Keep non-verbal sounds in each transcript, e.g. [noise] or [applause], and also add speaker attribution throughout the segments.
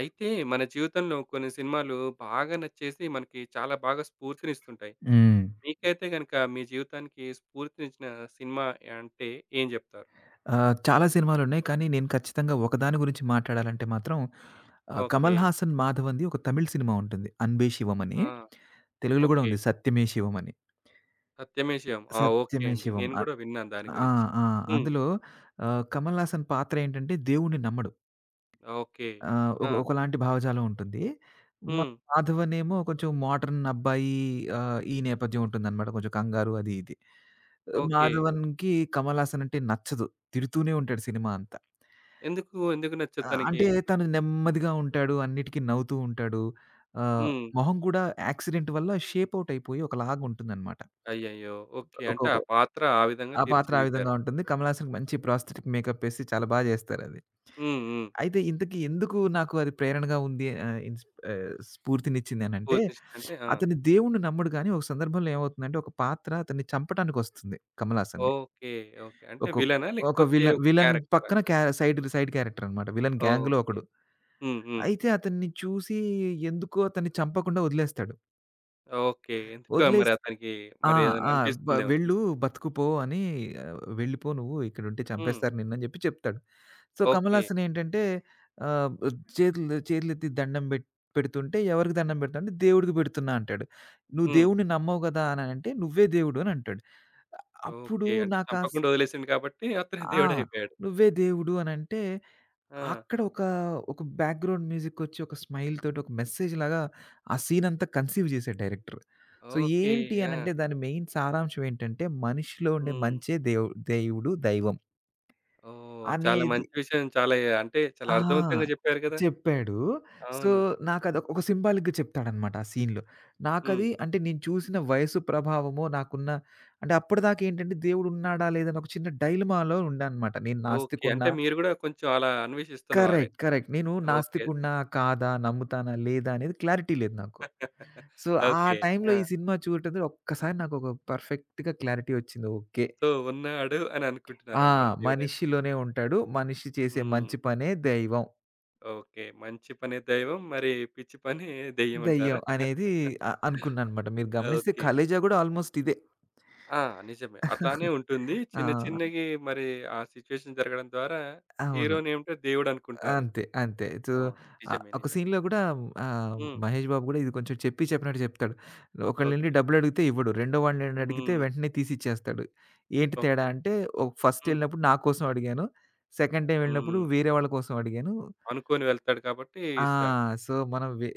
Speaker 1: అయితే మన జీవితంలో కొన్ని సినిమాలు బాగా నచ్చేసి మనకి చాలా బాగా స్ఫూర్తినిస్తుంటాయి.
Speaker 2: హ్మ్.
Speaker 1: మీకైతే గనుక మీ జీవితానికి స్ఫూర్తినిచ్చిన సినిమా అంటే ఏం జెప్తారు?
Speaker 2: చాలా సినిమాలున్నాయి. కానీ నేను ఖచ్చితంగా ఒకదాని గురించి మాట్లాడాలంటే మాత్రం
Speaker 1: ఓకే.
Speaker 2: కమల్ హాసన్, మాధవన్‌ది ఒక తమిళ్ సినిమా ఉంటుంది 'అన్బే శివం' అని.
Speaker 1: ఆ!
Speaker 2: తెలుగులో గూడా
Speaker 1: ఓకే.
Speaker 2: ఉంది 'సత్యమే శివం' అని.
Speaker 1: 'సత్యమే శివం.' ఆ! ఓకే
Speaker 2: 'సత్యమే
Speaker 1: అండి.
Speaker 2: శివం'
Speaker 1: నేను
Speaker 2: అ
Speaker 1: గూడా విన్నాను దాని
Speaker 2: ఆ!
Speaker 1: గురించి.
Speaker 2: ఆ!
Speaker 1: హ్మ్.
Speaker 2: అందులో కమల్ హాసన్ పాత్ర ఏంటంటే దేవుడిని నమ్మడు.
Speaker 1: ఓకే.
Speaker 2: ఒక
Speaker 1: ఆ!
Speaker 2: ఒకలాంటి భావజాలం ఉంటుంది. మా
Speaker 1: హ్మ్.
Speaker 2: మాధవన్ ఏమో కొంచెం మోడర్న్ అబ్బాయి. ఈ నేపథ్యం ఉంటుందనమాట. కొంచెం కంగారు అది ఇది.
Speaker 1: ఓకే.
Speaker 2: మాధవన్‌కి కమల్ హాసన్ అంటే నచ్చదు. తిడుతూనే ఉంటాడు సినిమా అంతా.
Speaker 1: ఎందుకు
Speaker 2: ఆ!
Speaker 1: నచ్చదు తనకి?
Speaker 2: అంటే తను నెమ్మదిగా ఉంటాడు. అన్నిటికి నవ్వుతూ ఉంటాడు. ఆహ్,
Speaker 1: హ్మ్.
Speaker 2: మొహం కూడా యాక్సిడెంట్ వల్ల షేప్ ఔట్ అయిపోయి ఒకలాగా ఉంటుందనమాట.
Speaker 1: అయ్యయ్యో! ఓకే.
Speaker 2: ఒక
Speaker 1: అంటే
Speaker 2: ఒక
Speaker 1: ఆ పాత్ర ఆ విధంగా
Speaker 2: ఆ పాత్ర ఆ
Speaker 1: తీర్చిదిద్దారు.
Speaker 2: విధంగా ఉంటుంది. కమల్ హాసన్‌కి మంచి ప్రాస్థెటిక్ మేకప్ ఏసి చాలా బా జేస్తారది.
Speaker 1: హ్మ్. హ్మ్.
Speaker 2: అయితే ఇంతకీ ఎందుకు నాకు అది ప్రేరణగా ఉంది స్ఫూర్తినిచ్చిందనంటే,
Speaker 1: స్ఫూర్తినిచ్చిందంటే ఆ!
Speaker 2: అతను దేవుడిని నమ్మడు గానీ, ఒక సందర్భంలో ఏమవుతుందంటే, ఒక పాత్ర అతన్ని చంపటానికొస్తుంది కమల్ హాసన్‌ని.
Speaker 1: ఓకే. ఓకే. అంటే
Speaker 2: ఒక
Speaker 1: విలనా?
Speaker 2: ఒక
Speaker 1: లేకపోతే
Speaker 2: విలన్
Speaker 1: ఒక
Speaker 2: విలన్
Speaker 1: క్యారెక్టరా?
Speaker 2: పక్కన సైడ్ సైడ్ క్యారెక్టర్ అనమాట. విలన్ గ్యాంగ్‌లో
Speaker 1: ఓకే.
Speaker 2: ఒకడు.
Speaker 1: హ్మ్. హ్మ్.
Speaker 2: అయితే అతన్ని చూసి ఎందుకో అతన్ని చంపకుండా వదిలేస్తాడు.
Speaker 1: ఓకే. ఎందుకో మరి
Speaker 2: వదిలేసి
Speaker 1: అతనికి
Speaker 2: ఆ!
Speaker 1: మరి ఏదైనా
Speaker 2: ఆ! "
Speaker 1: అనిపిస్తుందేమో
Speaker 2: వెళ్ళు
Speaker 1: చూసి.
Speaker 2: బతుకుపో అని వెళ్ళిపో నువ్వు ఇక్కడుంటే
Speaker 1: హ్మ్.
Speaker 2: చంపేస్తారు నిన్ను" జెప్పి చెప్తాడు. So,
Speaker 1: okay.
Speaker 2: కమలహాసన్ ఏంటంటే ఆహ్, చేతులెత్తి దండం పెడుతుంటే ఎవరికి దండం పెడుతున్నావు అంటే దేవుడికి పెడుతున్నా అంటాడు. "నువ్వు
Speaker 1: హ్మ్.
Speaker 2: దేవుడిని నమ్మవు గదా!" అనంటే "నువ్వే దేవుడు" అని అంటాడు. అప్పుడు
Speaker 1: ఓకే. అంటే
Speaker 2: నాకా స్
Speaker 1: చంపకుండా వదిలేసిండు కాబట్టి అతనే
Speaker 2: ఆ!
Speaker 1: [laughs] దేవుడయిపోయాడు.
Speaker 2: "నువ్వే దేవుడు" అనంటే
Speaker 1: ఆ!
Speaker 2: అక్కడ ఒక బ్యాక్‌గ్రౌండ్ మ్యూజికొచ్చి, ఒక స్మైల్ తోటి, ఒక మెసేజ్ లాగా ఆ సీనంతా కన్సీవ్ జేసాడు డైరెక్టర్. So,
Speaker 1: okay.
Speaker 2: ఏంటి
Speaker 1: ఆ!
Speaker 2: అనంటే, దాని మెయిన్ సారాంశం ఏంటంటే, మనిషిలో ఉండే
Speaker 1: హ్మ్.
Speaker 2: మంచే దేవుడు, దైవం
Speaker 1: ఓహ్! చాలా
Speaker 2: అనేది
Speaker 1: మంచి విషయం. చాలా అంటే చాలా
Speaker 2: ఆ!
Speaker 1: అర్థవంతంగా చెప్పారు కదా!
Speaker 2: చెప్పాడు. సో,
Speaker 1: అవును.
Speaker 2: నాకదొక సింబాలిక్‌గా చెప్తాడనమాట ఆ సీన్‌లో.
Speaker 1: హ్మ్.
Speaker 2: నాకది అంటే, నేను చూసిన వయసు ప్రభావమో, నాకున్న అంటే అప్పటిదాకా ఏంటంటే, దేవుడున్నాడా, లేదా అని ఒక చిన్న డైలమాలో ఉండా అనమాట. నేను
Speaker 1: ఓకే. అంటే
Speaker 2: నాస్తికుడినా
Speaker 1: మీరు గూడా కొంచెం అలా అన్వేషిస్తున్నవారే.
Speaker 2: కరెక్ట్. కరెక్ట్. నేను
Speaker 1: ఓకే.
Speaker 2: నాస్తికుడినా? కాదా? నమ్ముతానా? లేదా? అనేది క్లారిటీ లేదు నాకు.
Speaker 1: [laughs]
Speaker 2: సో, ఆ
Speaker 1: ఓకే.
Speaker 2: టైంలో
Speaker 1: ఆ!
Speaker 2: ఈ సినిమా చూడటం ద్వారా ఒక్కసారి నాకొక పర్ఫెక్ట్‌గా క్లారిటీ వచ్చింది. ఓకే.
Speaker 1: సో ఉన్నాడు అని
Speaker 2: ఆ!
Speaker 1: అనుకుంటున్నారన్నమాట దేవుడైతే.
Speaker 2: మనిషిలోనే ఉంటాడు. మనిషి చేసే
Speaker 1: హ్మ్.
Speaker 2: మంచి పనే దైవం.
Speaker 1: ఓకే. మంచి పనే దైవం. మరి పిచ్చి పని దెయ్యం అంటారా?
Speaker 2: దెయ్యం అనేది అనుకున్నాననమాట. మీరు గమనిస్తే
Speaker 1: ఓకే.
Speaker 2: 'ఖలేజా' గూడా ఆల్‌మోస్ట్ ఇదే.
Speaker 1: ఆ! నిజమే. అట్లానే
Speaker 2: [laughs]
Speaker 1: ఉంటుంది.
Speaker 2: ఆ!
Speaker 1: చిన్న చిన్నగి మరి ఆ సిట్యుయేషన్ జరగడం ద్వారా
Speaker 2: అవును.
Speaker 1: హీరోనేంటో దేవుడనుకుంటారు.
Speaker 2: అంతే. అంతే. సో,
Speaker 1: అవును. నిజమే.
Speaker 2: ఒక
Speaker 1: నిజమే.
Speaker 2: సీన్‌లో గూడా ఆహ్,
Speaker 1: హ్మ్.
Speaker 2: మహేష్ బాబు గూడా ఇది కొంచెం చెప్పినట్టు చెప్తాడు. ఒకళ్ళెళ్లి
Speaker 1: ఓకే.
Speaker 2: డబ్బులడిగితే ఇవ్వడు. రెండో వాడినడిగితే
Speaker 1: హ్మ్.
Speaker 2: వెంటనే తీసిచ్చేస్తాడు. ఏంటి తేడా
Speaker 1: ఓకే.
Speaker 2: అంటే ఫస్ట్
Speaker 1: హ్మ్.
Speaker 2: ఎళ్ళినప్పుడు నా కోసం అడిగాను. సెకండ్ టైమ్ వెళ్ళినప్పుడు
Speaker 1: హ్మ్.
Speaker 2: వేరే వాళ్ళ కోసం అడిగాను.
Speaker 1: అనుకోని వెళ్తాడు కాబట్టి
Speaker 2: ఆ!
Speaker 1: ఇస్తాడు.
Speaker 2: సో, మనం వె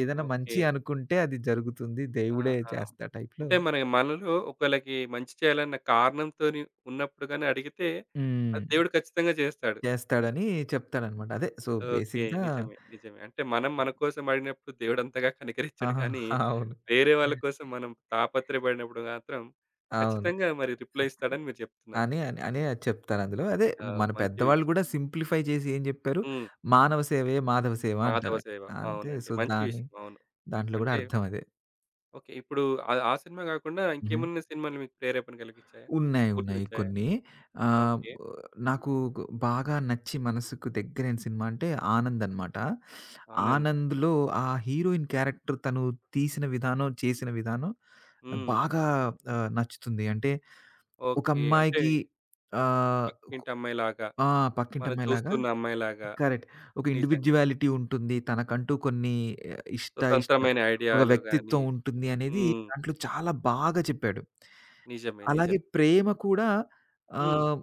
Speaker 2: ఏదైనా మంచి
Speaker 1: ఓకే.
Speaker 2: అనుకుంటే అది జరుగుతుంది. దేవుడే
Speaker 1: ఆహా!
Speaker 2: చేస్తా టైప్‌లో.
Speaker 1: అంటే మనలో ఒకళ్ళకి మంచి చేయాలన్న కారణంతోని ఉన్నప్పుడు గాని అడిగితే
Speaker 2: హ్మ్.
Speaker 1: అది దేవుడు ఖచ్చితంగా చేస్తాడు.
Speaker 2: చేస్తాడని చెప్తాడనమాట. అదే సో,
Speaker 1: ఓకే.
Speaker 2: బేసిక్‌గా
Speaker 1: నిజమే. నిజమే. అంటే మనం మన కోసం అడిగినప్పుడు దేవుడంతగా
Speaker 2: ఆ!
Speaker 1: కనికరించడు కానీ,
Speaker 2: అవును.
Speaker 1: వేరే వాళ్ళ కోసం మనం తాపత్రయపడినప్పుడు మాత్రం
Speaker 2: అవును.
Speaker 1: ఖచ్చితంగా మరి రిప్లై ఇస్తాడని మీరు చెప్తున్నారు.
Speaker 2: అని అని అనే చెప్తారందులో. అదే
Speaker 1: ఆ!
Speaker 2: మన
Speaker 1: మంచి
Speaker 2: పెద్దవాళ్ళు
Speaker 1: విషయం.
Speaker 2: గూడా సింప్లిఫై చేసి ఏం జెప్పారు,
Speaker 1: హ్మ్.
Speaker 2: "మానవ సేవయే మాధవ సేవ"
Speaker 1: 'మాధవ
Speaker 2: అంటారు.
Speaker 1: సేవ'
Speaker 2: అంతే
Speaker 1: అవునండి.
Speaker 2: సో,
Speaker 1: మంచి విషయం. అవును.
Speaker 2: దాంట్లో గూడా
Speaker 1: అంటే
Speaker 2: అర్థం అదే.
Speaker 1: ఓకే. ఇప్పుడు ఆ ఆ సినిమా కాకుండా
Speaker 2: హుహు.
Speaker 1: ఇంకేమన్నా సినిమాలు మీకు ప్రేరేపణ కలిగించాయా? అంటే
Speaker 2: ఉన్నాయి. ఉన్నాయి
Speaker 1: స్ఫూర్తినిచ్చాయా?
Speaker 2: కొన్ని. ఆహ్,
Speaker 1: ఓకే.
Speaker 2: నాకు బాగా నచ్చి మనసుకు దగ్గరైన సినిమా అంటే 'ఆనంద్' అనమాట.
Speaker 1: 'ఆనంద్.'
Speaker 2: 'ఆనంద్‌లో' ఆ హీరోయిన్ క్యారెక్టర్ తను తీసిన విధానం, చేసిన విధానం నాకు
Speaker 1: హ్మ్.
Speaker 2: బాగా నచ్చుతుంది. అంటే ఒక
Speaker 1: ఓకే. అంటే
Speaker 2: అమ్మాయికి ఆహ్,
Speaker 1: పక్కింటి అమ్మాయిలాగా,
Speaker 2: ఆ!
Speaker 1: మనం
Speaker 2: పక్కింటమ్మాయిలాగా
Speaker 1: చూస్తున్న అమ్మాయిలాగా
Speaker 2: కరెక్ట్. ఒక
Speaker 1: నిజంగా
Speaker 2: ఇండివిడ్యువాలిటీ ఉంటుంది. తనకంటూ కొన్ని ఆహ్, ఇష్ట ఇష్ట
Speaker 1: స్వతంత్రమైన
Speaker 2: ఒక
Speaker 1: ఐడియాలు గాని
Speaker 2: వ్యక్తిత్వం ఉంటుంది అనేది
Speaker 1: హ్మ్.
Speaker 2: దాంట్లో చాలా బాగా చెప్పాడు.
Speaker 1: నిజమే.
Speaker 2: అలాగే
Speaker 1: నిజమే.
Speaker 2: ప్రేమ కూడా
Speaker 1: హ్మ్.
Speaker 2: ఆహ్,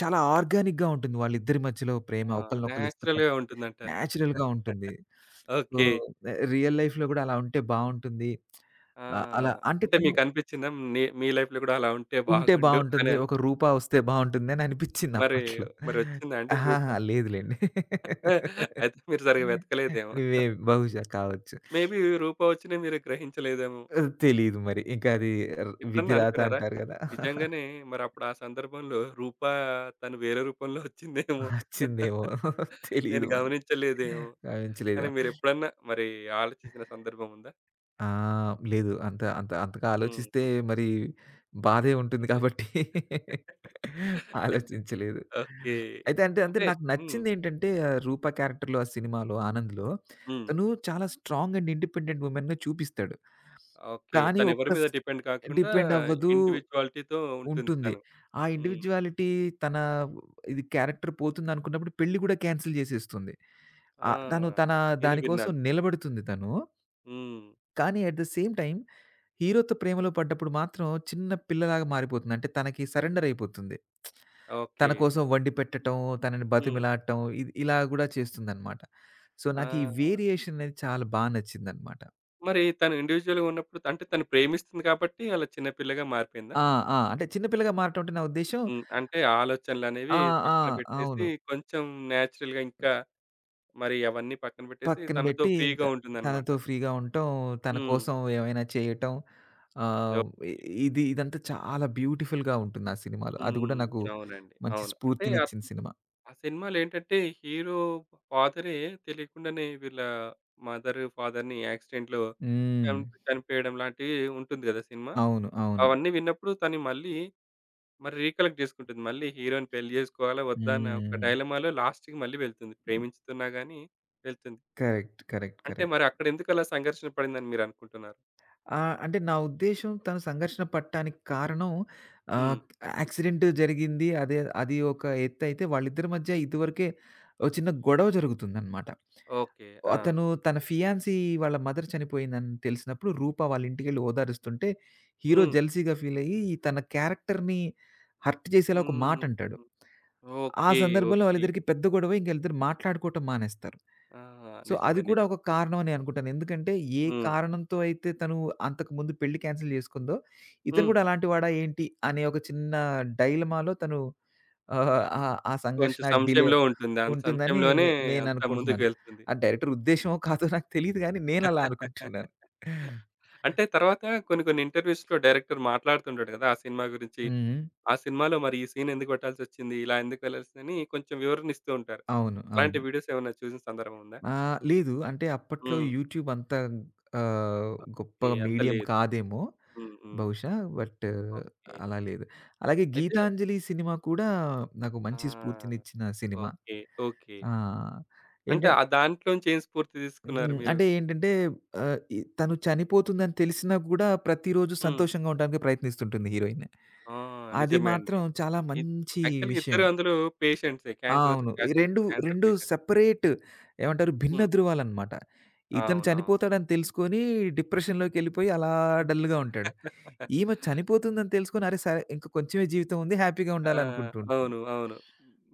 Speaker 2: చాలా ఆర్గానిక్‌గా ఉంటుంది. వాళ్ళిద్దరి మధ్యలో ప్రేమ
Speaker 1: ఆ!
Speaker 2: ఒకళ్ళనొకళ్ళు ఇష్టపడ
Speaker 1: నేచురల్‌గా ఉంటుందంటారు.
Speaker 2: నేచురల్‌గా ఉంటుంది. So,
Speaker 1: okay.
Speaker 2: రియల్ లైఫ్‌లో కూడా అలా ఉంటే బావుంటుంది.
Speaker 1: ఆ!
Speaker 2: ఆహ్, అలా అంటే
Speaker 1: అంటే
Speaker 2: తను
Speaker 1: మీకనిపిచ్చిందా? మీ లైఫ్‌లో గూడా అలా ఉంటే
Speaker 2: ఉంటే
Speaker 1: బాగుండు
Speaker 2: బావుంటుంది.
Speaker 1: అని.
Speaker 2: ఒక రూపా వస్తే బావుంటుందని అనిపిచ్చింది
Speaker 1: మరి
Speaker 2: అప్పట్లో.
Speaker 1: మరొచ్చిందా అండి రూప?
Speaker 2: అహాహా! లేదు లెండి.
Speaker 1: అయితే మీరు సరిగ్గా వెతకలేదేమో.
Speaker 2: నువ్వే బహుశా కావచ్చు.
Speaker 1: మేబీ రూప వచ్చినా మీరు గ్రహించలేదేమో.
Speaker 2: తెలీదు మరి. ఇంకా అది ర్
Speaker 1: ఎప్పుడన్నా
Speaker 2: విధిరాత
Speaker 1: అనుకున్నారా?
Speaker 2: అంటారు గదా!
Speaker 1: నిజంగానే మరప్పుడు ఆ సందర్భంలో రూప తను వేరే రూపంలో వచ్చిందేమో.
Speaker 2: వచ్చిందేమో [laughs] తెలీదు
Speaker 1: నేను
Speaker 2: మనకి.
Speaker 1: గమనించలేదేమో అని
Speaker 2: గమనించలేదేమో.
Speaker 1: మీరెప్పుడన్నా మరి ఆలోచించిన సందర్భం ఉందా?
Speaker 2: ఆ! లేదు. అంత అంత అంతగా ఆలోచిస్తే
Speaker 1: హ్మ్.
Speaker 2: మరి బాధే ఉంటుంది
Speaker 1: హ్మ్.
Speaker 2: కాబట్టి [laughs] ఆలోచించలేదు.
Speaker 1: ఓకే.
Speaker 2: అయితే అంటే అంటే
Speaker 1: అంటే
Speaker 2: నాకు
Speaker 1: హ్మ్.
Speaker 2: నచ్చిందేంటంటే 'రూప' క్యారెక్టర్‌లో ఆ సినిమాలో 'ఆనంద్‌లో'
Speaker 1: హ్మ్.
Speaker 2: తను చాలా స్ట్రాంగ్ అండ్ ఇండిపెండెంట్ వుమెన్‌గా చూపిస్తాడు.
Speaker 1: ఓకే.
Speaker 2: కానీ ఒక్క
Speaker 1: తనెవరి
Speaker 2: స్
Speaker 1: మీద డిపెండ్ కాకుండా
Speaker 2: డిపెండ్ అవ్వదు.
Speaker 1: ఇండివిడ్యుయాలిటీతో ఉంటుంది
Speaker 2: ఉంటుంది.
Speaker 1: తను.
Speaker 2: ఆ
Speaker 1: హ్మ్.
Speaker 2: ఇండివిడ్యుయాలిటీ తన ఇది క్యారెక్టర్ పోతుందనుకున్నప్పుడు పెళ్లి కూడా క్యాన్సెల్ చేసేస్తుంది.
Speaker 1: ఆ!
Speaker 2: ఆహ్, తను తన
Speaker 1: నేను
Speaker 2: దాని కోసం
Speaker 1: విన్నాను.
Speaker 2: నిలబడుతుంది తను.
Speaker 1: హ్మ్.
Speaker 2: కానీ అట్ ద సేమ్ టైమ్ హీరోతో ప్రేమలో పడ్డప్పుడు మాత్రం చిన్న పిల్లలాగా మారిపోతుంది. అంటే తనకి సరెండర్ అయిపోతుంది. తన
Speaker 1: ఓకే.
Speaker 2: కోసం వండి పెట్టటం, తనని
Speaker 1: హ్మ్.
Speaker 2: బతిమిలాడటం ఇలా కూడా చేస్తుందన్నమాట. సో, నాకు ఈ
Speaker 1: ఆ!
Speaker 2: వేరియేషన్ అనేది చాలా బా నచ్చిందన్నమాట.
Speaker 1: మరి తను ఇండివిడ్యుయల్‌గా ఉన్నప్పుడు అంటే తను ప్రేమిస్తుంది కాబట్టి అలా చిన్న పిల్లగా మారిపోయిందా?
Speaker 2: ఆ! ఆ! అంటే చిన్న పిల్లగా మారటం అంటే నా ఉద్దేశ్యం
Speaker 1: హ్మ్. అంటే ఆలోచనలనేవి
Speaker 2: ఆ!
Speaker 1: పక్కన
Speaker 2: ఆ!
Speaker 1: పెట్టేసి
Speaker 2: అవును.
Speaker 1: కొంచెం నేచురల్‌గా ఇంకా మరి అవన్నీ పక్కన పెట్టేసి
Speaker 2: పక్కన
Speaker 1: తనతో
Speaker 2: బెట్టి ఇంక
Speaker 1: ఫ్రీగా ఉంటుందన్నమాట.
Speaker 2: తనతో ఫ్రీగా ఉండటం, తన
Speaker 1: హ్మ్.
Speaker 2: కోసం ఏమైనా చేయటం. ఆహ్,
Speaker 1: ఓహ్!
Speaker 2: ఇ ఇదంతా చాలా బ్యూటిఫుల్‌గా ఉంటుంది ఆ సినిమాలో. అది గూడా
Speaker 1: హ్మ్.
Speaker 2: నాకు
Speaker 1: అవునండి.
Speaker 2: మంచి
Speaker 1: అవును. అంటే
Speaker 2: స్ఫూర్తినిచ్చిన సినిమా.
Speaker 1: ఆ సినిమాలేంటంటే హీరో ఫాదరే తెలియకుండానే వీళ్ళ మదర్, ఫాదర్‌ని యాక్సిడెంట్‌లో
Speaker 2: హ్మ్.
Speaker 1: హ్మ్. చనిపోయడం లాంటివి ఉంటుంది గదా! సినిమా.
Speaker 2: అవును. అవును.
Speaker 1: అవన్నీ విన్నప్పుడు తను మళ్ళీ మరి రీకలెక్ట్ జేసుకుంటుంది. మళ్ళీ హీరో‌ని పెళ్లి జేసుకోవాలా? వద్దా? అన్న ఒక
Speaker 2: హ్మ్.
Speaker 1: డైలమాలో లాస్ట్‌కి మళ్ళీ వెళ్తుంది. ప్రేమించుతున్నా గాని వెళ్తుంది.
Speaker 2: కరెక్ట్. కరెక్ట్.
Speaker 1: అంటే
Speaker 2: కరెక్ట్.
Speaker 1: మరి అక్కడెందుకు అలా సంఘర్షణ పడిందని మీరనుకుంటున్నారు?
Speaker 2: ఆ! అంటే నా ఉద్దేశ్యం తను సంఘర్షణ పడటానికి కారణం ఆహ్,
Speaker 1: హ్మ్.
Speaker 2: యాక్సిడెంట్ జరిగింది. అదే అది ఒక ఎత్తయితే వాళ్ళిద్దరి మధ్య ఇదివరకే ఓ చిన్న గొడవ జరుగుతుందనమాట.
Speaker 1: ఓకే. ఆ!
Speaker 2: అతను తన ఫియాన్సీ వాళ్ళ మదర్ చనిపోయిందని తెలిసినప్పుడు రూప వాళ్ళ ఇంటికెళ్ళి ఓదారుస్తుంటే, హీరో
Speaker 1: హ్మ్.
Speaker 2: జెలసీ‌గా ఫీలయ్యి తన క్యారెక్టర్‌ని హర్ట్ చేసేలా ఒక
Speaker 1: హ్మ్.
Speaker 2: మాటంటాడు.
Speaker 1: హ్మ్.
Speaker 2: ఆ
Speaker 1: ఓకే.
Speaker 2: సందర్భంలో
Speaker 1: ఓకే.
Speaker 2: వాళ్ళిద్దరికీ పెద్ద గొడవ ఇంక ఈళ్ళిద్దరు మాట్లాడుకోవటం మానేస్తారు.
Speaker 1: ఆ!
Speaker 2: సో,
Speaker 1: నిజమే.
Speaker 2: అది కూడా ఒక
Speaker 1: నిజమే.
Speaker 2: కారణం అని అనుకుంటాను. ఎందుకంటే ఏ
Speaker 1: హ్మ్.
Speaker 2: కారణంతో అయితే తను అంతకుముందు పెళ్లి క్యాన్సెల్ చేసుకుందో, ఇతను
Speaker 1: హ్మ్.
Speaker 2: కూడా అలాంటి వాడా ఏంటి అనే ఒక చిన్న డైలమాలో తను ఆహ్, ఆ ఆ
Speaker 1: కొంచెం
Speaker 2: సంఘర్షణ డిలే
Speaker 1: సంశయంలో ఉంటుంది. ఆ
Speaker 2: ఉంటుందని
Speaker 1: సంశయంలోనే
Speaker 2: నేను
Speaker 1: అంతా
Speaker 2: అనుకుంటున్నాను.
Speaker 1: ముందుకెళ్తుంది.
Speaker 2: ఆ డైరెక్టర్ ఉద్దేశ్యమో కాదో నాకు తెలీదు గానీ నేనలా అనుకుంటున్నాను.
Speaker 1: అంటే తర్వాత కొన్ని కొన్ని ఇంటర్‌వ్యూస్‌లో డైరెక్టర్ మాట్లాడుతుంటాడు కదా! ఆ సినిమా గురించి.
Speaker 2: హ్మ్.
Speaker 1: ఆ సినిమాలో మరి ఈ సీన్ ఎందుకు పెట్టాల్సొచ్చింది? ఇలా ఎందుకు వెళ్ళాల్సిందని కొంచెం వివరణ ఇస్తూ ఉంటారు.
Speaker 2: అవును. అవును.
Speaker 1: అలాంటి వీడియోస్ ఏమన్నా చూసిన సందర్భం ఉందా?
Speaker 2: ఆ! లేదు. అంటే అప్పట్లో
Speaker 1: హ్మ్.
Speaker 2: యూట్యూబ్ అంత ఆహ్, గొప్ప
Speaker 1: ఓకే. అంత
Speaker 2: మీడియం
Speaker 1: లేదు.
Speaker 2: కాదేమో
Speaker 1: హ్మ్. హ్మ్.
Speaker 2: బహుశా. But
Speaker 1: okay.
Speaker 2: అలా లేదు. అలాగే
Speaker 1: అయితే
Speaker 2: 'గీతాంజలి' సినిమా కూడా నాకు మంచి
Speaker 1: ఆ!
Speaker 2: స్ఫూర్తినిచ్చిన సినిమా.
Speaker 1: ఓకే. ఓకే.
Speaker 2: ఆ!
Speaker 1: అంటే
Speaker 2: ఏంటం
Speaker 1: ఆ దాంట్లోంచి ఏం స్ఫూర్తి తీసుకున్నారు
Speaker 2: హ్మ్.
Speaker 1: మీరు?
Speaker 2: అంటే ఏంటంటే ఆహ్, ఈ తను చనిపోతుందని తెలిసినా కూడా ప్రతిరోజు
Speaker 1: హ్మ్.
Speaker 2: సంతోషంగా ఉండడానికి ప్రయత్నిస్తుంటుంది హీరోయిన్.
Speaker 1: ఆ!
Speaker 2: అది
Speaker 1: నిజమే
Speaker 2: మాత్రం
Speaker 1: అండి.
Speaker 2: చాలా
Speaker 1: ఇద్
Speaker 2: మంచి
Speaker 1: యాక్చువల్‌గా
Speaker 2: విషయం.
Speaker 1: ఇద్దరు అందులో పేషెంట్సే.
Speaker 2: ఆ!
Speaker 1: క్యాన్సర్
Speaker 2: అవును. ఈ
Speaker 1: క్యాన్సర్
Speaker 2: 2,
Speaker 1: క్యాన్సర్
Speaker 2: 2
Speaker 1: పేషెంట్.
Speaker 2: సెపరేట్ ఏమంటారు భిన్న
Speaker 1: హ్మ్.
Speaker 2: ధృవాలనమాట. ఇతను
Speaker 1: అవునవును.
Speaker 2: చనిపోతాడని తెలుసుకొని డిప్రెషన్‌లోకెళ్ళిపోయి అలా డల్‌గా ఉంటాడు. ఈమె చనిపోతుందని తెలుసుకొని అరే! సరే ఇంక కొంచెమే జీవితం ఉంది హ్యాపీగా
Speaker 1: ఆ!
Speaker 2: ఉండాలనుకుంటూ ఉంటుంది.
Speaker 1: అవును. అవును.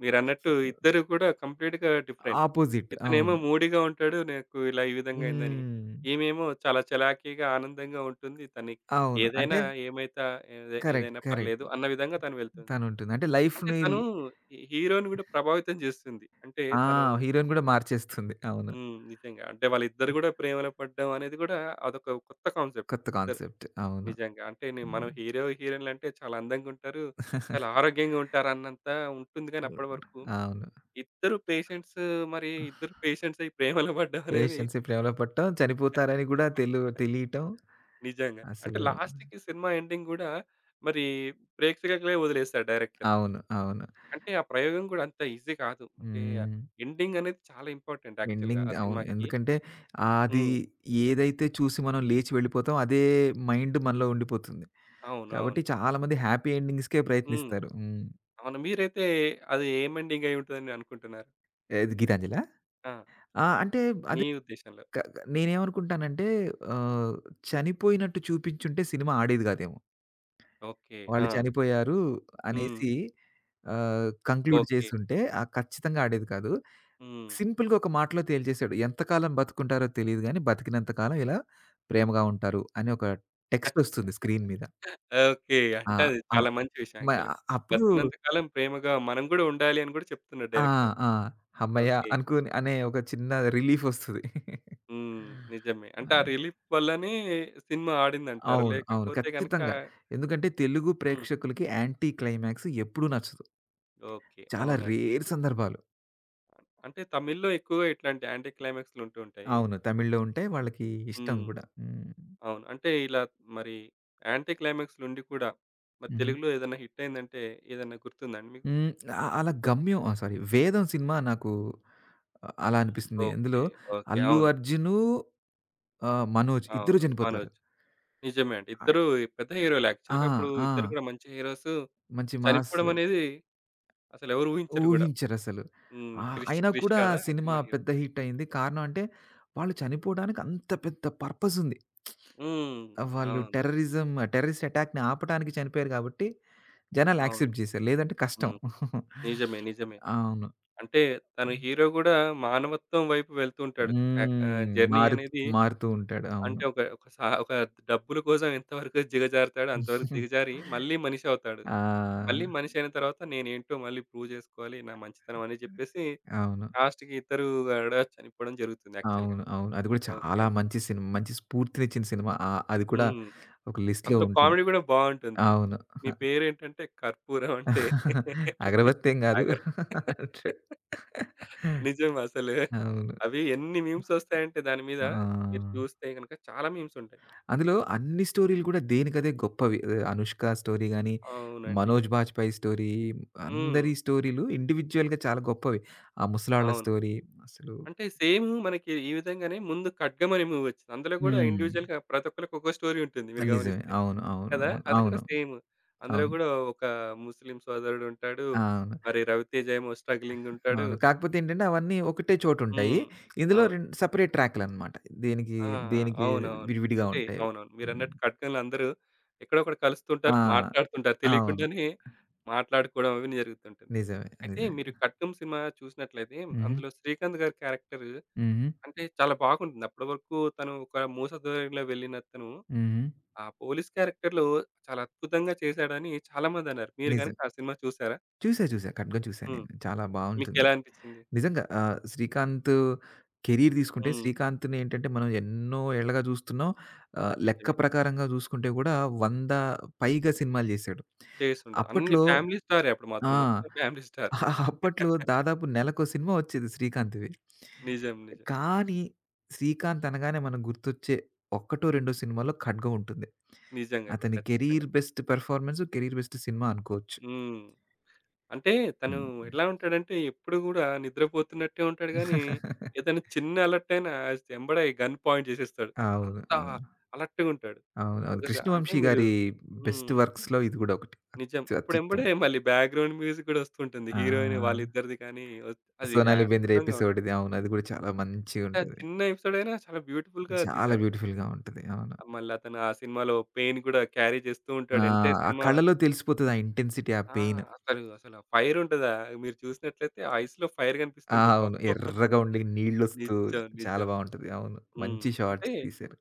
Speaker 1: మీరన్నట్టు ఇద్దరు కూడా కంప్లీట్‌గా డిఫరెంట్.
Speaker 2: ఆపోజిట్
Speaker 1: ఇతనేమో
Speaker 2: అవును.
Speaker 1: మూడీగా ఉంటాడు. నాకు ఇలా ఈ విధంగా అయిందని.
Speaker 2: హ్మ్.
Speaker 1: ఈమేమో చాలా చలాకీగా, ఆనందంగా ఉంటుంది. తనకి
Speaker 2: అవును. అంటే
Speaker 1: ఏదైనా ఏమైతా
Speaker 2: కరెక్ట్.
Speaker 1: ఏదైనా
Speaker 2: కరెక్ట్.
Speaker 1: పర్లేదు అన్న విధంగా తను వెళ్తుంది.
Speaker 2: తనుంటుంది. అంటే
Speaker 1: అంటే
Speaker 2: లైఫ్‌ని
Speaker 1: తను హీరో‌ని కూడా ప్రభావితం చేస్తుంది. అంటే
Speaker 2: ఆ!
Speaker 1: తను
Speaker 2: హీరోయిన్ కూడా మార్చేస్తుంది. అవును.
Speaker 1: హ్మ్. నిజంగా. అంటే వాళ్ళిద్దరు గూడా ప్రేమలో పడ్డం అనేది గూడా అదొక కొత్త కాన్సెప్ట్.
Speaker 2: కొత్త
Speaker 1: ఇద్దరు
Speaker 2: కాన్సెప్ట్. అవును.
Speaker 1: నిజంగా. అంటే మనం
Speaker 2: హ్మ్.
Speaker 1: హీరో, హీరోయిన్‌లంటే చాలా అందంగుంటారు. చాలా ఆరోగ్యంగా ఉంటారన్నంత ఉంటుంది గానీ అప్పటి వరకు
Speaker 2: అవును.
Speaker 1: ఇద్దరు పేషెంట్స్ మరి ఇద్దరు పేషెంట్స్ అయి ప్రేమలో పడ్డం అనేది
Speaker 2: పేషెన్సీ ప్రేమలో పట్టం, చనిపోతారని గూడా తెలియటం.
Speaker 1: నిజంగా. అంటే
Speaker 2: అసలు
Speaker 1: లాస్ట్‌కి సినిమా ఎండింగ్ గూడా మరి ప్రేక్షకులకే వదిలేసాడు డైరెక్టర్.
Speaker 2: అవును. అవును.
Speaker 1: అంటే ఆ ప్రయోగం గూడా అంత ఈజీ కాదు. అంటే
Speaker 2: హ్మ్.
Speaker 1: ఎండింగ్ అనేది చాలా ఇంపార్టెంట్ యాక్చువల్‌గా
Speaker 2: ఎండింగ్
Speaker 1: ఆ
Speaker 2: అవును.
Speaker 1: సినిమాకి.
Speaker 2: ఎందుకంటే అది
Speaker 1: హ్మ్.
Speaker 2: ఏదైతే చూసి మనం లేచి వెళ్ళిపోతాం, అదే మైండ్ మనలో ఉండిపోతుంది.
Speaker 1: అవును.
Speaker 2: కాబట్టి
Speaker 1: అవును.
Speaker 2: చాలామంది హ్యాపీ ఎండింగ్స్‌కే
Speaker 1: హ్మ్.
Speaker 2: ప్రయత్నిస్తారు. హ్మ్.
Speaker 1: అవును. మీరైతే అది ఏం ఎండింగ్ అయి ఉంటదని అనుకుంటున్నారు?
Speaker 2: ఏది గీతాంజలా?
Speaker 1: ఆ!
Speaker 2: ఆ! అంటే
Speaker 1: మీ
Speaker 2: అది
Speaker 1: ఉద్దేశంలో.
Speaker 2: క క- నేనేమనుకుంటానంటే ఆహ్, చనిపోయినట్టు చూపించుంటే సినిమా ఆడేది గాదేమో.
Speaker 1: ఓకే.
Speaker 2: వాళ్ళు
Speaker 1: ఆ!
Speaker 2: చనిపోయారు
Speaker 1: హ్మ్.
Speaker 2: అనేసి కంక్లూడ్
Speaker 1: ఓకే.
Speaker 2: చేసుంటే ఖచ్చితంగా ఆడేది కాదు.
Speaker 1: హ్మ్.
Speaker 2: సింపుల్‌గా ఒక మాటలో తేల్చేసాడు. ఎంతకాలం బతుకుంటారో తెలీదు గానీ, బతికినంత కాలం ఇలా ప్రేమగా ఉంటారు అని ఒక
Speaker 1: [laughs]
Speaker 2: టెక్స్టొస్తుంది స్క్రీన్ మీద.
Speaker 1: ఓకే.
Speaker 2: ఆ!
Speaker 1: అంటే అది
Speaker 2: అవ్
Speaker 1: చాలా మంచి విషయం
Speaker 2: మ
Speaker 1: యాక్చువల్‌గా.
Speaker 2: అప్పుడు
Speaker 1: బతికినంత కాలం ప్రేమగా మనం గూడా ఉండాలి అని గూడా చెప్తున్నాడు
Speaker 2: ఆ!
Speaker 1: డైరెక్టర్.
Speaker 2: ఆ! హమ్మయ్య!
Speaker 1: ఓకే.
Speaker 2: అనుకోని అనే ఒక చిన్న రిలీఫొస్తది.
Speaker 1: హ్మ్. నిజమే. అంటే ఆ
Speaker 2: హ్మ్.
Speaker 1: రిలీఫ్ వల్లనే సినిమా ఆడిందంటారు.
Speaker 2: అవును. అవును.
Speaker 1: లేకపోతే గనక
Speaker 2: ఖచ్చితంగా. ఎందుకంటే తెలుగు
Speaker 1: హ్మ్.
Speaker 2: ప్రేక్షకులకి యాంటీ క్లైమాక్స్ ఎప్పుడూ నచ్చదు.
Speaker 1: ఓకే.
Speaker 2: చాలా
Speaker 1: అవునండి.
Speaker 2: రేర్ సందర్భాలు.
Speaker 1: అంటే తమిళ్‌లో ఎక్కువగా ఇట్లాంటి యాంటీ క్లైమాక్స్‌లుంటూ ఉంటాయి.
Speaker 2: అవును. తమిళ్‌లో ఉంటే వాళ్ళకి ఇష్టం
Speaker 1: హ్మ్.
Speaker 2: గూడా. హ్మ్.
Speaker 1: అవును. అంటే ఇలా మరి యాంటీ క్లైమాక్స్‌లుండి కూడా మరి
Speaker 2: హుహు.
Speaker 1: తెలుగులో ఏదైనా హిట్ అయిందంటే ఏదన్నా గుర్తుందాండి మీకు?
Speaker 2: హ్మ్. అ అలా గమ్యం ఆ! సారీ 'వేదం' సినిమా నాకు అలా అనిపిస్తుంది. అందులో
Speaker 1: ఓకే. ఓకే.
Speaker 2: అల్లు
Speaker 1: అవును.
Speaker 2: అర్జును, మనోజ్ ఇద్దరు
Speaker 1: అవును.
Speaker 2: చనిపోతారు.
Speaker 1: 'మనోజ్.' నిజమే అండి.
Speaker 2: ఆహ్,
Speaker 1: ఇద్దరు పెద్ద హీరోలే
Speaker 2: ఆ!
Speaker 1: యాక్చువల్‌గా అప్పుడు ఇద్దరు
Speaker 2: ఆ!
Speaker 1: కూడా మంచి హీరోస్.
Speaker 2: మంచి మాస్
Speaker 1: చనిపోవడం అనేది అసలెవరు ఊహించరు గూడా.
Speaker 2: ఊహించరసలు.
Speaker 1: హ్మ్.
Speaker 2: అయినా
Speaker 1: 'క్రిష్'
Speaker 2: కూడా ఆ
Speaker 1: కదా! ఆ
Speaker 2: సినిమా
Speaker 1: సినిమా హీరో.
Speaker 2: పెద్ద హిట్ అయింది. కారణం అంటే వాళ్ళు చనిపోవడానికి అంత పెద్ద పర్పస్ ఉంది.
Speaker 1: హ్మ్.
Speaker 2: వాళ్ళు
Speaker 1: అవును.
Speaker 2: టెర్రరిస్ట్ అటాక్‌ని ఆపటానికి చనిపోయారు కాబట్టి జనాలు
Speaker 1: అవును.
Speaker 2: యాక్సెప్ట్ చేశారు. లేదంటే కష్టం.
Speaker 1: హ్మ్. నిజమే. నిజమే.
Speaker 2: అవును.
Speaker 1: అంటే తను హీరో గూడా మానవత్వం వైపు వెళ్తూ ఉంటాడు.
Speaker 2: హ్మ్.
Speaker 1: జర్నీ అనేది
Speaker 2: మారుతూ ఉంటాడు. అవును.
Speaker 1: అంటే ఒక ఒక ఒక డబ్బుల కోసం ఎంతవరకు దిగజారుతాడో అంతవరకు దిగజారి మళ్ళీ మనిషి అవుతాడు.
Speaker 2: ఆ!
Speaker 1: మళ్ళీ మనిషి అయిన తర్వాత నేనేంటో మళ్ళీ ప్రూవ్ చేసుకోవాలి. నా మంచితనం అని చెప్పేసి
Speaker 2: అవును.
Speaker 1: లాస్ట్‌కి ఇద్దరు కూడా చనిపోవడం జరుగుతుంది యాక్చువల్‌గా.
Speaker 2: అవును. అవును. అది కూడా
Speaker 1: ఓకే
Speaker 2: చాలా
Speaker 1: అండి.
Speaker 2: మంచి సినిమా. మంచి స్ఫూర్తినిచ్చిన సినిమా. అది కూడా
Speaker 1: హ్మ్.
Speaker 2: ఒక లిస్ట్‌లో
Speaker 1: అందులో
Speaker 2: ఉంటుంది.
Speaker 1: కామెడీ కూడా బావుంటుంది.
Speaker 2: అవును.
Speaker 1: మీ పేరేంటంటే కర్పూరం అంటే [laughs]
Speaker 2: అగరబత్తి ఏం గాదు.
Speaker 1: అగరు
Speaker 2: అంటాడు. [laughs]
Speaker 1: నిజం అసలు.
Speaker 2: అవును.
Speaker 1: అవి ఎన్ని మీమ్స్ వస్తాయంటే దాని మీద
Speaker 2: ఆ!
Speaker 1: మీరు చూస్తే గనుక చాలా మీమ్స్ ఉంటాయి.
Speaker 2: అందులో అన్ని స్టోరీలు కూడా దేనికదే గొప్పవి. 'అనుష్క' స్టోరీ గాని,
Speaker 1: అవునండి.
Speaker 2: 'మనోజ్ బాజ్‌పేయి' స్టోరీ,
Speaker 1: హ్మ్.
Speaker 2: అందరి స్టోరీలు ఇండివిడ్యుయల్‌గా చాలా గొప్పవి. ఆ ముసలాళ్ళ
Speaker 1: అవును.
Speaker 2: స్టోరీ అసలు
Speaker 1: అంటే సేమ్ మనకి ఈ విధంగానే ముందు 'ఖడ్గం' అనే మూవీ వచ్చింది. అందులో కూడా
Speaker 2: హ్మ్.
Speaker 1: ఇండివిడ్యుయల్‌గా ప్రతి ఒక్కళ్ళకి ఒక్కో స్టోరీ ఉంటుంది మీరు
Speaker 2: నిజమే.
Speaker 1: గమనిస్తే.
Speaker 2: అవును. అవును.
Speaker 1: కదా!
Speaker 2: అవును.
Speaker 1: అది కూడా
Speaker 2: అవును.
Speaker 1: సేమ్. అందులో
Speaker 2: అవును.
Speaker 1: కూడా ఒక ముస్లిం సోదరుడు ఉంటాడు.
Speaker 2: అవును.
Speaker 1: మరి 'రవితేజ' ఏమో స్ట్రగ్లింగ్ ఉంటాడు.
Speaker 2: అవును. కాకపోతే ఏంటంటే అవన్నీ ఒకటే చోటుంటాయి.
Speaker 1: హ్మ్.
Speaker 2: ఇందులో
Speaker 1: అవును.
Speaker 2: రెం సెపరేట్ ట్రాక్‌లనమాట. దేనికి,
Speaker 1: ఆ!
Speaker 2: దేనికి
Speaker 1: అవునవును.
Speaker 2: విడివిడిగా ఉంటాయి.
Speaker 1: అవునవును.
Speaker 2: హ్మ్.
Speaker 1: మీరన్నట్టు 'ఖడ్గం'లో అందరూ ఎక్కడో అక్కడ
Speaker 2: ఆ!
Speaker 1: కలుస్తుంటారు, మాట్లాడుతుంటారు.
Speaker 2: అవును.
Speaker 1: తెలియకుండానే మాట్లాడుకోవడం అవన్నీ జరుగుతుంటుంది.
Speaker 2: నిజమే.
Speaker 1: అయితే
Speaker 2: నిజమే.
Speaker 1: మీరు 'ఖడ్గం' సినిమా చూసినట్లయితే
Speaker 2: హుహు.
Speaker 1: అందులో శ్రీకాంత్ గారి క్యారెక్టర్
Speaker 2: హుహు.
Speaker 1: అంటే చాలా బాగుంటుంది. అప్పటి వరకు తను ఒక మూస ధోరణిలో వెళ్ళిన తను,
Speaker 2: హుహు.
Speaker 1: ఆ పోలీస్ క్యారెక్టర్‌లో చాలా అద్భుతంగా చేశాడని చాలామందన్నారు. మీరు
Speaker 2: నిజం.
Speaker 1: గనుక ఆ సినిమా చూసారా?
Speaker 2: చూసా. చూసా. 'ఖడ్గం' చూసా
Speaker 1: హ్మ్.
Speaker 2: నేను. చాలా బావుంటుంది.
Speaker 1: మీకెలా అనిపిచ్చింది?
Speaker 2: నిజంగా శ్రీకాంత్ కెరీర్ తీసుకుంటే
Speaker 1: హ్మ్.
Speaker 2: శ్రీకాంత్‌ని ఏంటంటే మనం ఎన్నో ఏళ్లగా చూస్తున్నాం.
Speaker 1: నిజమే.
Speaker 2: లెక్క ప్రకారంగా చూసుకుంటే కూడా 100 పైగా సినిమాలు చేశాడు.
Speaker 1: చేసుండదు. అన్ని
Speaker 2: అప్పట్లో
Speaker 1: ఫ్యామిలీ స్టారే అప్పుడు మా
Speaker 2: ఆ!
Speaker 1: అతను మొత్తం ఫ్యామిలీ స్టార్.
Speaker 2: [laughs] ఆ అప్పట్లో
Speaker 1: [laughs]
Speaker 2: దాదాపు నెలకో సినిమా వచ్చేది శ్రీకాంత్‌వి.
Speaker 1: నిజం. నిజం.
Speaker 2: కానీ శ్రీకాంత్ అనగానే మనకు గుర్తొచ్చే ఒక్కటో, రెండో సినిమాలో 'ఖడ్గం' ఉంటుంది.
Speaker 1: నిజంగా.
Speaker 2: అతని
Speaker 1: ఖచ్చితంగా.
Speaker 2: Career best performance, career best cinema అనుకోవచ్చు.
Speaker 1: హ్మ్. అంటే తను
Speaker 2: హ్మ్.
Speaker 1: ఎలా ఉంటాడంటే, ఎప్పుడు గూడా నిద్రపోతున్నట్టే ఉంటాడు గానీ,
Speaker 2: [laughs]
Speaker 1: ఏదైనా చిన్న అలర్ట్ అయినా ఎంబడే గన్ పాయింట్ చేసేస్తాడు.
Speaker 2: అవును.
Speaker 1: అంత
Speaker 2: ఆ!
Speaker 1: అలర్ట్‌గుంటాడు.
Speaker 2: అవును. అవును.
Speaker 1: ఒకసా అంటే
Speaker 2: 'కృష్ణవంశీ'
Speaker 1: మీరు
Speaker 2: గారి బెస్ట్
Speaker 1: హ్మ్.
Speaker 2: వర్క్స్‌లో ఇది గూడా ఒకటి.
Speaker 1: నిజం. అప్పుడెంబడే
Speaker 2: అత్యుత్తమం.
Speaker 1: మళ్ళీ బ్యాక్‌గ్రౌండ్ మ్యూజిక్ గూడా ఒస్తుంటుంది. హీరోయిన్
Speaker 2: ఆ!
Speaker 1: వాళ్ళిద్దరిది కానీ అది
Speaker 2: 'సోనాలి బెంద్రే'
Speaker 1: అద్భుతంగా
Speaker 2: ఎపిసోడ్
Speaker 1: ఉంటుంది.
Speaker 2: ఇది. అవును. అది గూడా చాలా
Speaker 1: అంటే ఆ
Speaker 2: మంచిగుంటది.
Speaker 1: చిన్న ఎపిసోడ్ అయినా చాలా బ్యూటిఫుల్‌గా
Speaker 2: చాలా
Speaker 1: తీశారు.
Speaker 2: బ్యూటిఫుల్‌గా ఉంటది. అవును.
Speaker 1: మళ్ళీ అతను ఆ సినిమాలో పెయిన్ గూడా క్యారీ చేస్తూ
Speaker 2: ఆ!
Speaker 1: ఉంటాడు. ఎంటైర్
Speaker 2: ఆ
Speaker 1: సినిమా
Speaker 2: కళ్ళలో తెలిసిపోతది ఆ ఇంటెన్సిటీ, ఆ
Speaker 1: ఆ!
Speaker 2: పెయిన్.
Speaker 1: అసలు ఫైర్ ఉంటదా? మీరు చూసినట్లయితే ఆ ఐస్‌లో ఫైర్
Speaker 2: ఆ!
Speaker 1: కనిపిస్తుంటది
Speaker 2: అవును.
Speaker 1: పాపం.
Speaker 2: ఎర్రగా ఉండి నీళ్లొస్తూ
Speaker 1: నిజం.
Speaker 2: చాలా
Speaker 1: నిజం.
Speaker 2: బావుంటది. అవును.
Speaker 1: హ్మ్.
Speaker 2: మంచి
Speaker 1: అంటే
Speaker 2: షాట్స్ తీశారు.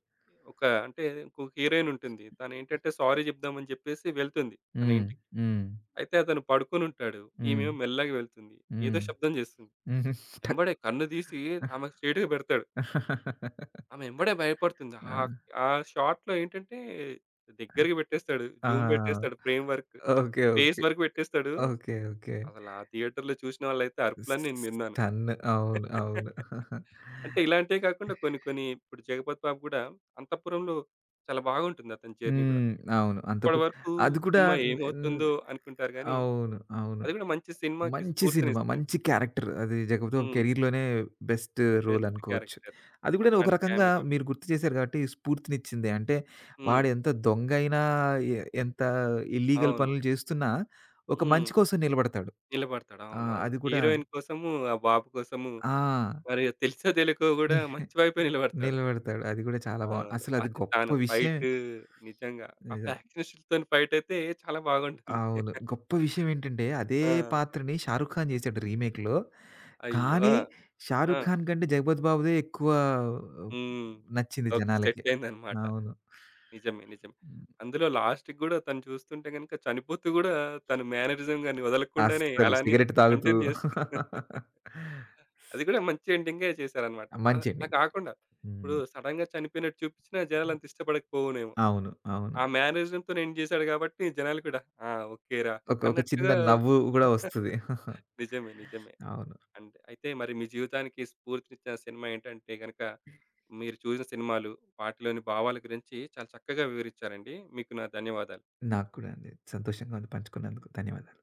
Speaker 1: ఒక అంటే ఇంకొక హీరోయిన్ ఉంటుంది. తనేంటంటే సారీ చెప్దామని చెప్పేసి వెళ్తుంది తన
Speaker 2: హ్మ్.
Speaker 1: ఇంటికి.
Speaker 2: హ్మ్.
Speaker 1: అయితే అతను పడుకొనుంటాడు.
Speaker 2: హ్మ్.
Speaker 1: ఈమేమో మెల్లగా వెళ్తుంది. ఏదో
Speaker 2: హ్మ్.
Speaker 1: శబ్దం చేస్తుంది.
Speaker 2: [laughs] హుహు. టక్
Speaker 1: ఎంబడే కన్ను తీసి ఆమెకు స్ట్రెయిట్‌గా పెడతాడు. ఆమె ఎంబడే భయపడుతుంది.
Speaker 2: ఆ!
Speaker 1: ఆ షాట్‌లో ఏంటంటే దగ్గరకి పెట్టేస్తాడు.
Speaker 2: ఆ!
Speaker 1: జూమ్ పెట్టేస్తాడు ఫ్రేమ్ వర్క్.
Speaker 2: ఓకే.
Speaker 1: అంటే ఫేస్
Speaker 2: ఓకే.
Speaker 1: వరకు పెట్టేస్తాడు.
Speaker 2: ఓకే. ఓకే.
Speaker 1: అసలు ఆ థియేటర్‌లో చూసిన వాళ్ళైతే అరుపులని నేను విన్నాను.
Speaker 2: స్టన్. అవును. అవును.
Speaker 1: అంటే ఇలాంటివే కాకుండా కొన్ని కొన్ని ఇప్పుడు 'జగపతి బాబు' గూడా 'అంతఃపురంలో' చాలా బాగుంటుంది అతని జర్నీ గూడా.
Speaker 2: హ్మ్. అవును. అంత కు
Speaker 1: ఇప్పటివరకు
Speaker 2: అది కూడా
Speaker 1: సినిమా
Speaker 2: న్ న్
Speaker 1: ఏమవుతుందో అనుకుంటారు గానీ,
Speaker 2: అవును. అవును.
Speaker 1: అది గూడా మంచి సినిమాకి
Speaker 2: మంచి సినిమా.
Speaker 1: స్ఫూర్తినిస్తుంది.
Speaker 2: మంచి క్యారెక్టర్. అది జగపతి బాబు
Speaker 1: హ్మ్.
Speaker 2: కెరియర్‌లోనే బెస్ట్ రోల్
Speaker 1: బెస్ట్
Speaker 2: అనుకోవచ్చు.
Speaker 1: క్యారెక్టర్.
Speaker 2: అది కూడా ఒక
Speaker 1: అట్లాంటి
Speaker 2: రకంగా
Speaker 1: క్యామెరాలు.
Speaker 2: మీరు గుర్తు చేశారు కాబట్టి స్ఫూర్తినిచ్చిందే. అంటే
Speaker 1: హ్మ్.
Speaker 2: వాడు ఎంత దొంగ అయినా, ఎ ఎంత ఇల్లీగల్
Speaker 1: అవును.
Speaker 2: పనులు చేస్తున్నా ఒక
Speaker 1: హ్మ్.
Speaker 2: మంచి కోసం నిలబడతాడు.
Speaker 1: నిలబడతాడు.
Speaker 2: ఆ!
Speaker 1: అవునవును.
Speaker 2: అది కూడా
Speaker 1: హీరోయిన్ కోసము, ఆ బాబు కోసము
Speaker 2: ఆ!
Speaker 1: మరి తెలిసో తెలియకో గూడా
Speaker 2: ని
Speaker 1: మంచి వైపే నిలబడతాడు.
Speaker 2: నిలబడతాడు. అది కూడా చాలా బా
Speaker 1: అవును.
Speaker 2: అసలది
Speaker 1: అది
Speaker 2: గొప్ప
Speaker 1: తాను
Speaker 2: విషయమే.
Speaker 1: ఫైట్ నిజంగా. ఆ
Speaker 2: నిజం.
Speaker 1: ఫ్యాక్షనిస్టులతోని ఫైటయితే చాలా బాగుంటుంది.
Speaker 2: అవును. గొప్ప విషయం ఏంటంటే, అదే
Speaker 1: ఆ!
Speaker 2: పాత్రని 'షారుఖ్ ఖాన్' చేసాడు రీమేక్‌లో.
Speaker 1: అయ్యో!
Speaker 2: కానీ
Speaker 1: ఆ! ఆ!
Speaker 2: 'షారుఖ్ ఖాన్' కంటే 'జగపతి బాబు'దే ఎక్కువ
Speaker 1: హ్మ్.
Speaker 2: నచ్చింది
Speaker 1: ఓకే.
Speaker 2: జనాలకి.
Speaker 1: సెట్టయిందనమాట.
Speaker 2: అవును.
Speaker 1: నిజమే. నిజమే.
Speaker 2: హ్మ్.
Speaker 1: అందులో లాస్ట్‌కి గూడా తను చూస్తుంటే గనుక చనిపోతూ గూడా తన మేనరిజం గాని వదలకుండానే
Speaker 2: అస్సలు
Speaker 1: అలానే
Speaker 2: సిగరెట్ తాగుతూ
Speaker 1: కంటిన్యూ చేస్తూ
Speaker 2: [laughs]
Speaker 1: [laughs] అది కూడా మంచి ఎండింగే చేశారనమాట. అలా
Speaker 2: మంచండి.
Speaker 1: అలా కాకుండా ఇప్పుడు
Speaker 2: హ్మ్.
Speaker 1: సడెన్‌గా చనిపోయినట్టు చూపించినా జనాలంత ఇష్టపడకపోవునేమో.
Speaker 2: అవును. అవును.
Speaker 1: ఆ మేనేజర్‌తో నేను చేశాడు కాబట్టి జనాలు కూడా ఆ! ఓకేరా
Speaker 2: ఒక ఒక చిన్న
Speaker 1: అన్నట్టుగా
Speaker 2: నవ్వు గూడా
Speaker 1: [laughs]
Speaker 2: వస్తది. [laughs]
Speaker 1: నిజమే. నిజమే.
Speaker 2: అవును.
Speaker 1: అయితే మరి మీ జీవితానికి స్ఫూర్తినిచ్చిన సినిమా ఏంటంటే గనక, మీరు చూసిన సినిమాలు, వాటిలోని భావాల గురించి చాలా చక్కగా వివరించారండి. మీకు నా ధన్యవాదాలు.
Speaker 2: నాకు కూడా అండి. సంతోషంగా ఉంది పంచుకున్నందుకు. ధన్యవాదాలు.